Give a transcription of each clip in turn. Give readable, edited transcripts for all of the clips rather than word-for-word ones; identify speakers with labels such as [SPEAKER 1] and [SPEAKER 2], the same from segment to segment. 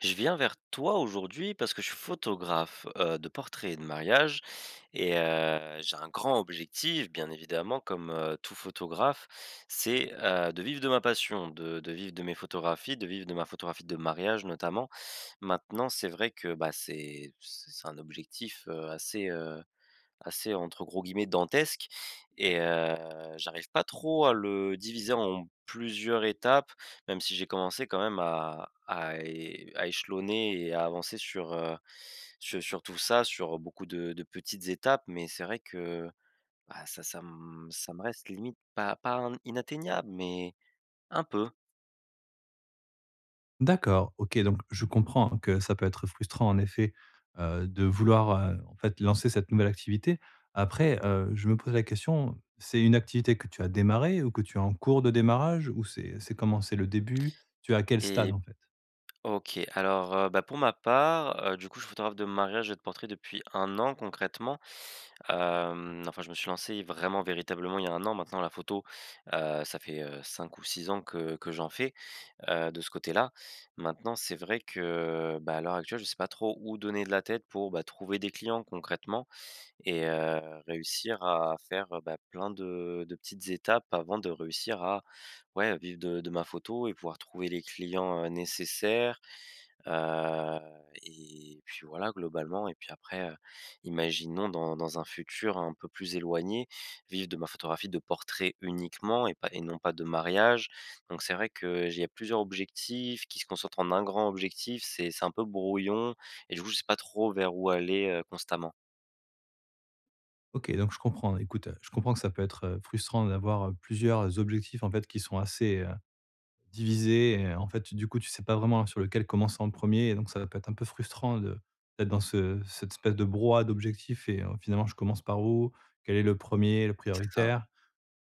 [SPEAKER 1] Je viens vers toi aujourd'hui parce que je suis photographe de portraits et de mariage et j'ai un grand objectif, bien évidemment, comme tout photographe, c'est de vivre de ma passion, de vivre de mes photographies, de vivre de ma photographie de mariage notamment. Maintenant, c'est vrai que bah, c'est un objectif assez, assez entre gros guillemets «dantesque» et heu, j'arrive pas trop à le diviser en plusieurs étapes, même si j'ai commencé quand même à é à échelonner et à avancer sur, sur tout ça, sur beaucoup de petites étapes. Mais c'est vrai que, bah, ça me reste limite pas in inatteignable, mais un peu
[SPEAKER 2] D'accord, OK, donc je comprends que ça peut être frustrant en effet, de vouloir, en fait lancer cette nouvelle activité. Après, je me pose la question, c'est une activité que tu as démarrée ou que tu es en cours de démarrage ou c'est comment? C'est le début? Tu es à quel stade
[SPEAKER 1] et
[SPEAKER 2] en fait?
[SPEAKER 1] OK. Alors, bah, pour ma part, du coup, je suis photographe de mariage et de portrait depuis 1 an concrètement. Hem, enfin, je me suis lancé vraiment véritablement il y a 1 an. Maintenant la photo, ça fait, 5 ou 6 ans que j'en fais, de ce côté-là. Maintenant, c'est vrai que, bah, à l'heure actuelle, je ne sais pas trop où donner de la tête pour, bah, trouver des clients concrètement et réussir à faire, bah, plein de petites étapes avant de réussir à, ouais, vivre de ma photo et pouvoir trouver les clients, nécessaires. Heu et puis voilà globalement et puis après, imaginons dans un futur un peu plus éloigné, vivre de ma photographie de portrait uniquement et non pas de mariage. Donc c'est vrai que j'ai il y a plusieurs objectifs qui se concentrent en un grand objectif, c'est un peu brouillon et du coup je sais pas trop vers où aller, constamment.
[SPEAKER 2] OK, donc je comprends. Écoute, je comprends que ça peut être, frustrant d'avoir, plusieurs objectifs en fait qui sont assez, divisé et en fait, du coup, tu sais pas vraiment sur lequel commencer en premier et donc ça peut être un peu frustrant de d'être dans ce cette espèce de brouhaha d'objectifs et finalement, je commence par où? Quel est le premier le
[SPEAKER 1] C'est ça.
[SPEAKER 2] prioritaire?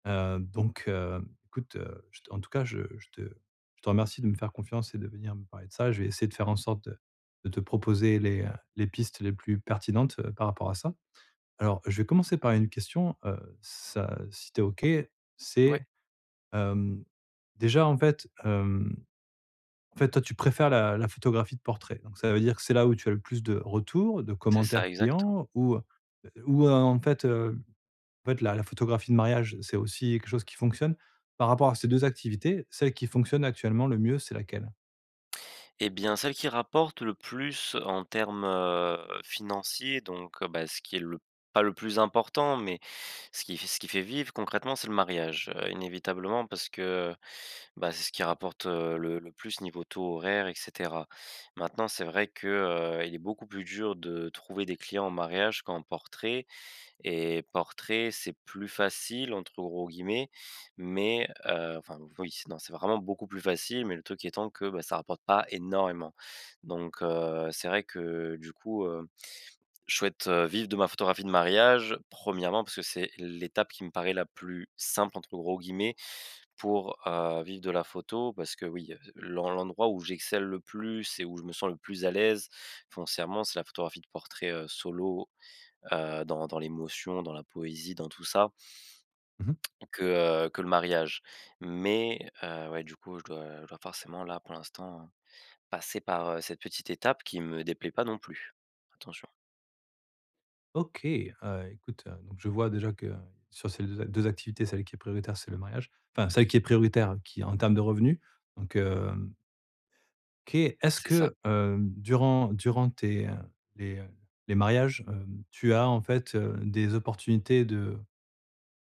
[SPEAKER 2] Donc écoute, je te en tout cas, je te remercie de me faire confiance et de venir me parler de ça. Je vais essayer de faire en sorte de te proposer les pistes les plus pertinentes, par rapport à ça. Alors, je vais commencer par une question, ça si tu es OK,
[SPEAKER 1] Ouais.
[SPEAKER 2] c'est, hem, déjà, en fait, toi, tu préfères la photographie de portrait. Donc ça veut dire que c'est là où tu as le plus de retours, de
[SPEAKER 1] C'est ça,
[SPEAKER 2] commentaires
[SPEAKER 1] exact.
[SPEAKER 2] clients ou, en fait la photographie de mariage, c'est aussi quelque chose qui fonctionne. Par rapport à ces 2 activités, celle qui fonctionne actuellement le mieux, c'est laquelle?
[SPEAKER 1] Eh bien, celle qui rapporte le plus en termes, financiers, donc bah, ce qui est le pas le plus important, mais ce qui fait vivre concrètement, c'est le mariage, inévitablement parce que, bah, c'est ce qui rapporte, le plus niveau taux horaire et cetera. Maintenant, c'est vrai que, il est beaucoup plus dur de trouver des clients en mariage qu'en portrait et portrait, c'est plus «facile» entre gros guillemets, mais enfin oui, c'est non, c'est vraiment beaucoup plus facile, mais le truc étant que, bah, ça rapporte pas énormément. Donc c'est vrai que du coup, je souhaite, vivre de ma photographie de mariage, premièrement parce que c'est l'étape qui me paraît la plus «simple» entre gros guillemets pour, vivre de la photo. Parce que oui, l'endroit où j'excelle le plus et où je me sens le plus à l'aise foncièrement, c'est la photographie de portrait, solo, dans l'émotion, dans la poésie, dans tout ça
[SPEAKER 2] Mmh.
[SPEAKER 1] que, que le mariage. Mais, ouais, du coup, je dois forcément là, pour l'instant, passer par, cette petite étape qui me déplaît pas non plus. Attention.
[SPEAKER 2] OK, écoute, donc je vois déjà que sur ces 2 a activités, celle qui est prioritaire, c'est le mariage. Enfin, celle qui est prioritaire, qui en termes de revenus. Donc, OK. Est-ce
[SPEAKER 1] C'est ça.
[SPEAKER 2] que, durant tes, les, euh, les mariages, tu as en fait, des opportunités de,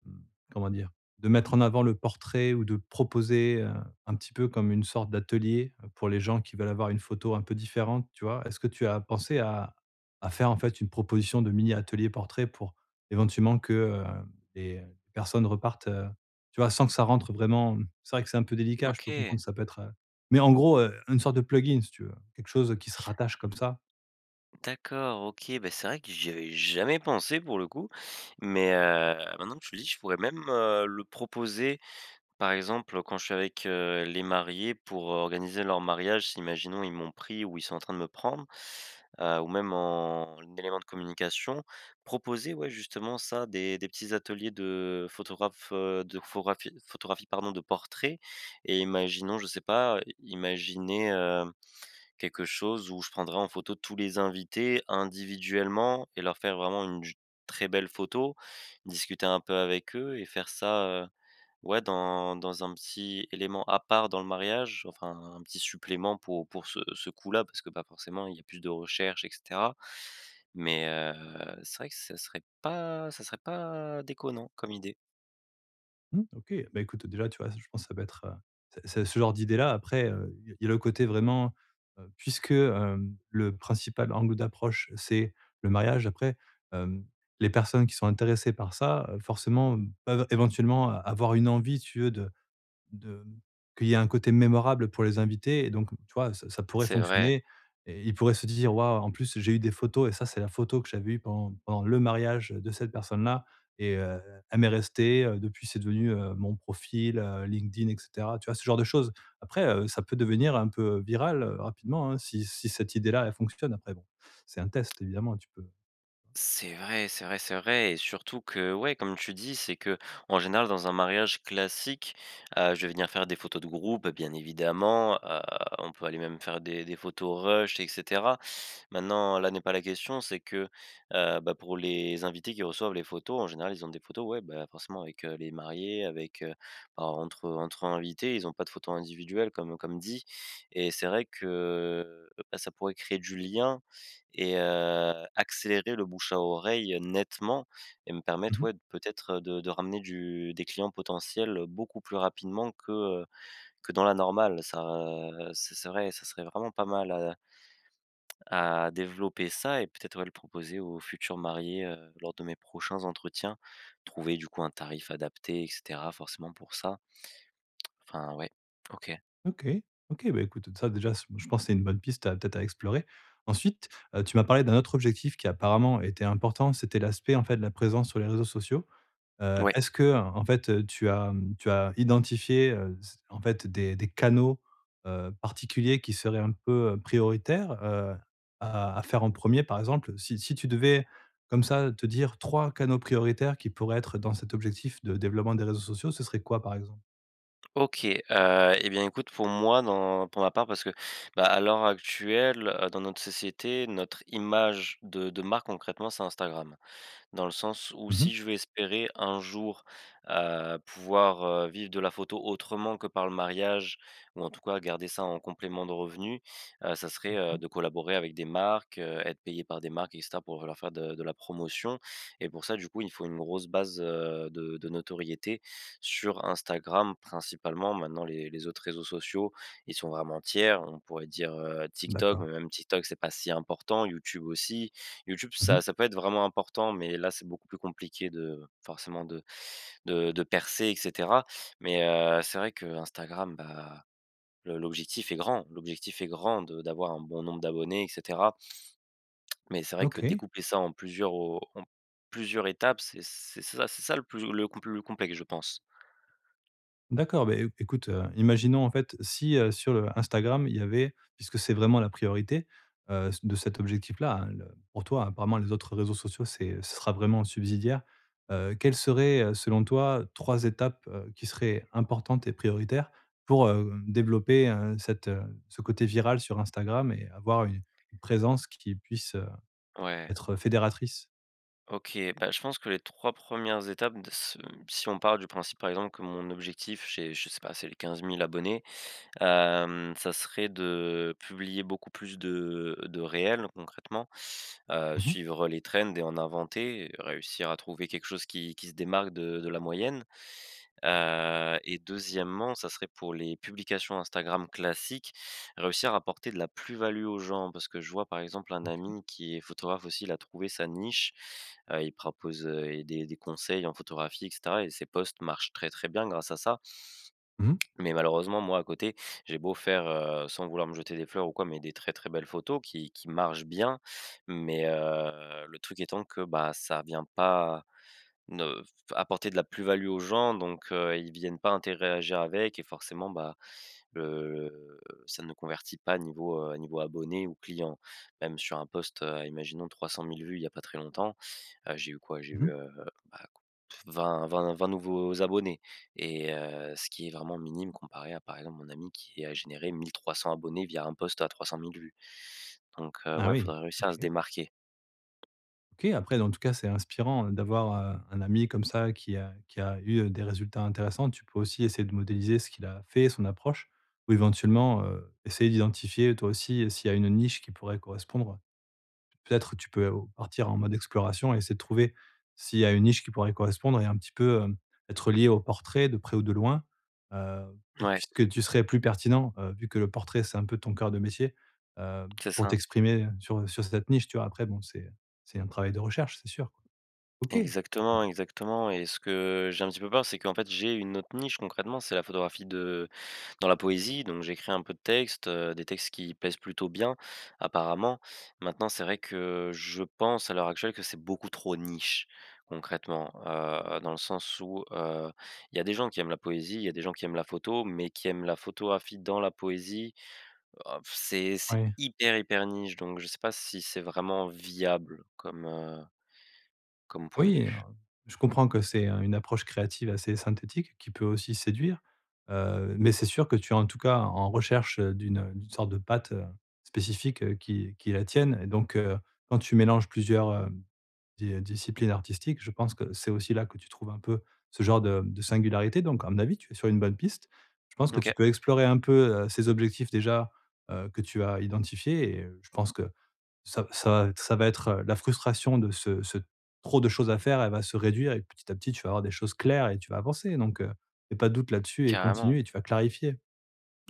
[SPEAKER 2] mmh, comment dire? De mettre en avant le portrait ou de proposer, un petit peu comme une sorte d'atelier, pour les gens qui veulent avoir une photo un peu différente, tu vois? Est-ce que tu as pensé à faire, en fait, une proposition de mini atelier portrait pour éventuellement que, les personnes repartent, tu vois, sans que ça rentre vraiment c'est vrai que c'est un peu délicat, je peux
[SPEAKER 1] OK,
[SPEAKER 2] comprendre, que ça peut être, mais en gros, une sorte de plugin, si tu veux, quelque chose qui se rattache comme ça.
[SPEAKER 1] d'accord, OK, bah, c'est vrai que j'y avais jamais pensé pour le coup, mais, maintenant que tu le dis, je pourrais même, le proposer. Par exemple, quand je suis avec, les mariés pour, organiser leur mariage, si imaginons ils m'ont pris ou ils sont en train de me prendre, ou même en élément de communication, proposer, ouais, justement ça, des petits ateliers de photographes, de photographie photographie, pardon, de portraits et imaginons, je sais pas, imaginer, quelque chose où je prendrai en photo tous les invités individuellement et leur faire vraiment une j très belle photo, discuter un peu avec eux et faire ça, ouais, dans un petit élément à part dans le mariage, enfin un petit supplément pour ce coup-là, parce que, bah, forcément, il y a plus de recherche et cetera. Mais, c'est vrai que ça serait pas déconnant comme idée.
[SPEAKER 2] Mmh, OK. Bah, écoute, déjà, tu vois, je pense que ça peut être, c'est ce genre d'idée-là. Après, il y a le côté vraiment, puisque, le principal angle d'approche, c'est le mariage, après, hem, les personnes qui sont intéressées par ça, forcément, peuvent éventuellement avoir une envie, si tu veux, de qu'il y ait un côté mémorable pour les invités et donc, tu vois, ça ça pourrait
[SPEAKER 1] C'est vrai.
[SPEAKER 2] fonctionner et ils pourraient se dire: «Waouh, en plus, j'ai eu des photos et ça, c'est la photo que j'avais eue pendant le mariage de cette personne-là et elle m'est restée, depuis c'est devenu, mon profil, LinkedIn» et cetera, tu vois? Ce genre de choses. Après, ça peut devenir un peu viral, rapidement, hein, si cette idée-là, elle fonctionne. Après bon, c'est un test évidemment, tu peux.
[SPEAKER 1] C'est vrai, c'est vrai, c'est vrai et surtout que, ouais, comme tu dis, c'est que en général, dans un mariage classique, je vais venir faire des photos de groupe, bien évidemment, on peut aller même faire des photos rush et cetera. Maintenant, là n'est pas la question, c'est que, bah, pour les invités qui reçoivent les photos, en général, ils ont des photos, ouais, bah, forcément avec, les mariés, avec, bah, entre invités, ils ont pas de photos individuelles comme dit et c'est vrai que, bah, ça pourrait créer du lien et accélérer le bouche à oreille, nettement et me permettre,
[SPEAKER 2] Mmh.
[SPEAKER 1] ouais, de peut-être, de ramener du des clients potentiels, beaucoup plus rapidement heu, que dans la normale. Ça, c'est ce serait ça serait vraiment pas mal à développer ça et peut-être, ouais, le proposer aux futurs mariés, lors de mes prochains entretiens. Trouver du coup un tarif adapté et cetera forcément pour ça. Enfin, ouais, OK.
[SPEAKER 2] OK. OK, bah, écoute, ça déjà, c je pense que c'est une bonne piste à peut-être à explorer. Ensuite, tu m'as parlé d'un autre objectif qui apparemment était important, c'était l'aspect, en fait, de la présence sur les réseaux sociaux.
[SPEAKER 1] Ouais.
[SPEAKER 2] Est-ce que, en fait, tu as, mmh, tu as identifié, c en fait, des canaux, particuliers qui seraient un peu, prioritaires, à faire en premier. Par exemple, si tu devais comme ça te dire 3 canaux prioritaires qui pourraient être dans cet objectif de développement des réseaux sociaux, ce serait quoi, par exemple?
[SPEAKER 1] OK, et bien écoute, pour moi, dans pour ma part, parce que, bah, à l'heure actuelle, dans notre société, notre image de marque concrètement, c'est Instagram. Dans le sens où
[SPEAKER 2] Mmh.
[SPEAKER 1] si je veux espérer un jour, pouvoir, vivre de la photo autrement que par le mariage ou en tout cas garder ça en complément de revenus, ça serait, de collaborer avec des marques, être payé par des marques et cetera pour leur faire de la promotion et pour ça, du coup, il faut une grosse base, de notoriété sur Instagram principalement. Maintenant les autres réseaux sociaux, ils sont vraiment tiers. On pourrait dire, TikTok,
[SPEAKER 2] D'accord.
[SPEAKER 1] mais même TikTok, c'est pas si important, YouTube aussi. YouTube,
[SPEAKER 2] Mmh.
[SPEAKER 1] ça peut être vraiment important, mais là, c'est beaucoup plus compliqué de forcément de percer et cetera. Mais, c'est vrai qu'Instagram, bah, le l'objectif est grand. L'objectif est grand de d'avoir un bon nombre d'abonnés et cetera. Mais c'est vrai que
[SPEAKER 2] OK.
[SPEAKER 1] découper ça en plusieurs au en plusieurs étapes, c'est ça le plus le complexe, je pense.
[SPEAKER 2] D'accord, beh, éc écoute, imaginons en fait si, sur le Instagram, il y avait puisque c'est vraiment la priorité, de cet objectif-là, hein, le pour toi, apparemment les autres réseaux sociaux, c'est ce sera vraiment subsidiaire. Quelles seraient, selon toi, 3 étapes, qui seraient importantes et prioritaires pour, développer, cette, ce côté viral sur Instagram et avoir une présence qui puisse,
[SPEAKER 1] Ouais,
[SPEAKER 2] être fédératrice?
[SPEAKER 1] OK. Bah, je pense que les 3 premières étapes de ce si on part du principe, par exemple, que mon objectif, j'ai je sais pas, c'est les 15 000 abonnés. Ça serait de publier beaucoup plus de réels concrètement,
[SPEAKER 2] Mmh.
[SPEAKER 1] suivre les trends et en inventer, réussir à trouver quelque chose qui se démarque de la moyenne, et deuxièmement, ça serait pour les publications Instagram classiques, réussir à apporter de la plus-value aux gens. Parce que je vois par exemple un
[SPEAKER 2] OK.
[SPEAKER 1] ami qui est photographe aussi, il a trouvé sa niche, il propose, et des conseils en photographie et cetera et ses posts marchent très, très bien grâce à ça
[SPEAKER 2] Mmh mh.
[SPEAKER 1] mais malheureusement, moi, à côté, j'ai beau faire, sans vouloir me jeter des fleurs ou quoi, mais des très, très belles photos qui marchent bien. Mais, le truc étant que, bah, ça vient pas ne apporter de la plus-value aux gens donc ils viennent pas interagir avec et forcément, bah, heu, ça ne convertit pas niveau, niveau abonné ou client. Même sur un post, imaginons 300 000 vues il y a pas très longtemps, j'ai eu quoi? J'ai eu,
[SPEAKER 2] Mmh.
[SPEAKER 1] bah, qu 20-20-20 nouveaux abonnés et ce qui est vraiment minime comparé à, par exemple, mon ami qui a généré 1 300 abonnés via un post à 300 000 vues. Donc
[SPEAKER 2] Ah
[SPEAKER 1] ouais,
[SPEAKER 2] oui,
[SPEAKER 1] faudrait réussir à se
[SPEAKER 2] OK.
[SPEAKER 1] démarquer.
[SPEAKER 2] OK, après, en tout cas, c'est inspirant hein, d'avoir, un ami comme ça qui a eu, des résultats intéressants. Tu peux aussi essayer de modéliser ce qu'il a fait, son approche ou éventuellement, essayer d'identifier toi aussi s'il y a une niche qui pourrait correspondre peut-être tu peux partir en mode exploration et essayer de trouver s'il y a une niche qui pourrait correspondre et un petit peu, être lié au portrait de près ou de loin, heu, pou
[SPEAKER 1] Ouais,
[SPEAKER 2] puisque tu serais plus pertinent, vu que le portrait, c'est un peu ton cœur de métier, heu,
[SPEAKER 1] c'est
[SPEAKER 2] pour
[SPEAKER 1] ça.
[SPEAKER 2] t'exprimer sur, sur cette niche, tu vois? Après bon, c'est un travail de recherche, c'est sûr, quoi. OK. C'est
[SPEAKER 1] Exactement, exactement et ce que j'ai un petit peu peur, c'est qu'en fait, j'ai une autre niche concrètement, c'est la photographie de dans la poésie, donc j'écris un peu de textes, des textes qui plaisent plutôt bien apparemment. Maintenant, c'est vrai que je pense à l'heure actuelle que c'est beaucoup trop niche concrètement, dans le sens où, il y a des gens qui aiment la poésie, il y a des gens qui aiment la photo, mais qui aiment la photographie dans la poésie, oh, c'est
[SPEAKER 2] ouais.
[SPEAKER 1] hyper, hyper niche donc je sais pas si c'est vraiment viable comme, comme point de
[SPEAKER 2] Oui,
[SPEAKER 1] vue.
[SPEAKER 2] je comprends que c'est, une approche créative assez synthétique qui peut aussi séduire, mais c'est sûr que tu es en tout cas en recherche, d'une, d'une sorte de pâte, spécifique, qui est la tienne et donc quand tu mélanges plusieurs, di disciplines artistiques, je pense que c'est aussi là que tu trouves un peu ce genre de singularité donc à mon avis, tu es sur une bonne piste. Je pense que tu
[SPEAKER 1] OK.
[SPEAKER 2] peux explorer un peu, ces objectifs déjà, que tu as identifiés et je pense que ça va être, la frustration de ce trop de choses à faire, elle va se réduire et petit à petit, tu vas avoir des choses claires et tu vas avancer donc fais pas de doute là-dessus et
[SPEAKER 1] Carrément.
[SPEAKER 2] continue et tu vas clarifier.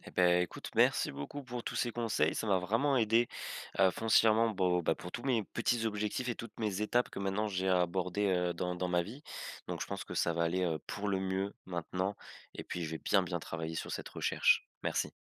[SPEAKER 1] Eh ben, écoute, merci beaucoup pour tous ces conseils. Ça m'a vraiment aidé, foncièrement, bo bah, pour tous mes petits objectifs et toutes mes étapes que maintenant j'ai à aborder, dans ma vie. Donc je pense que ça va aller, pour le mieux maintenant et puis je vais bien, bien travailler sur cette recherche. Merci.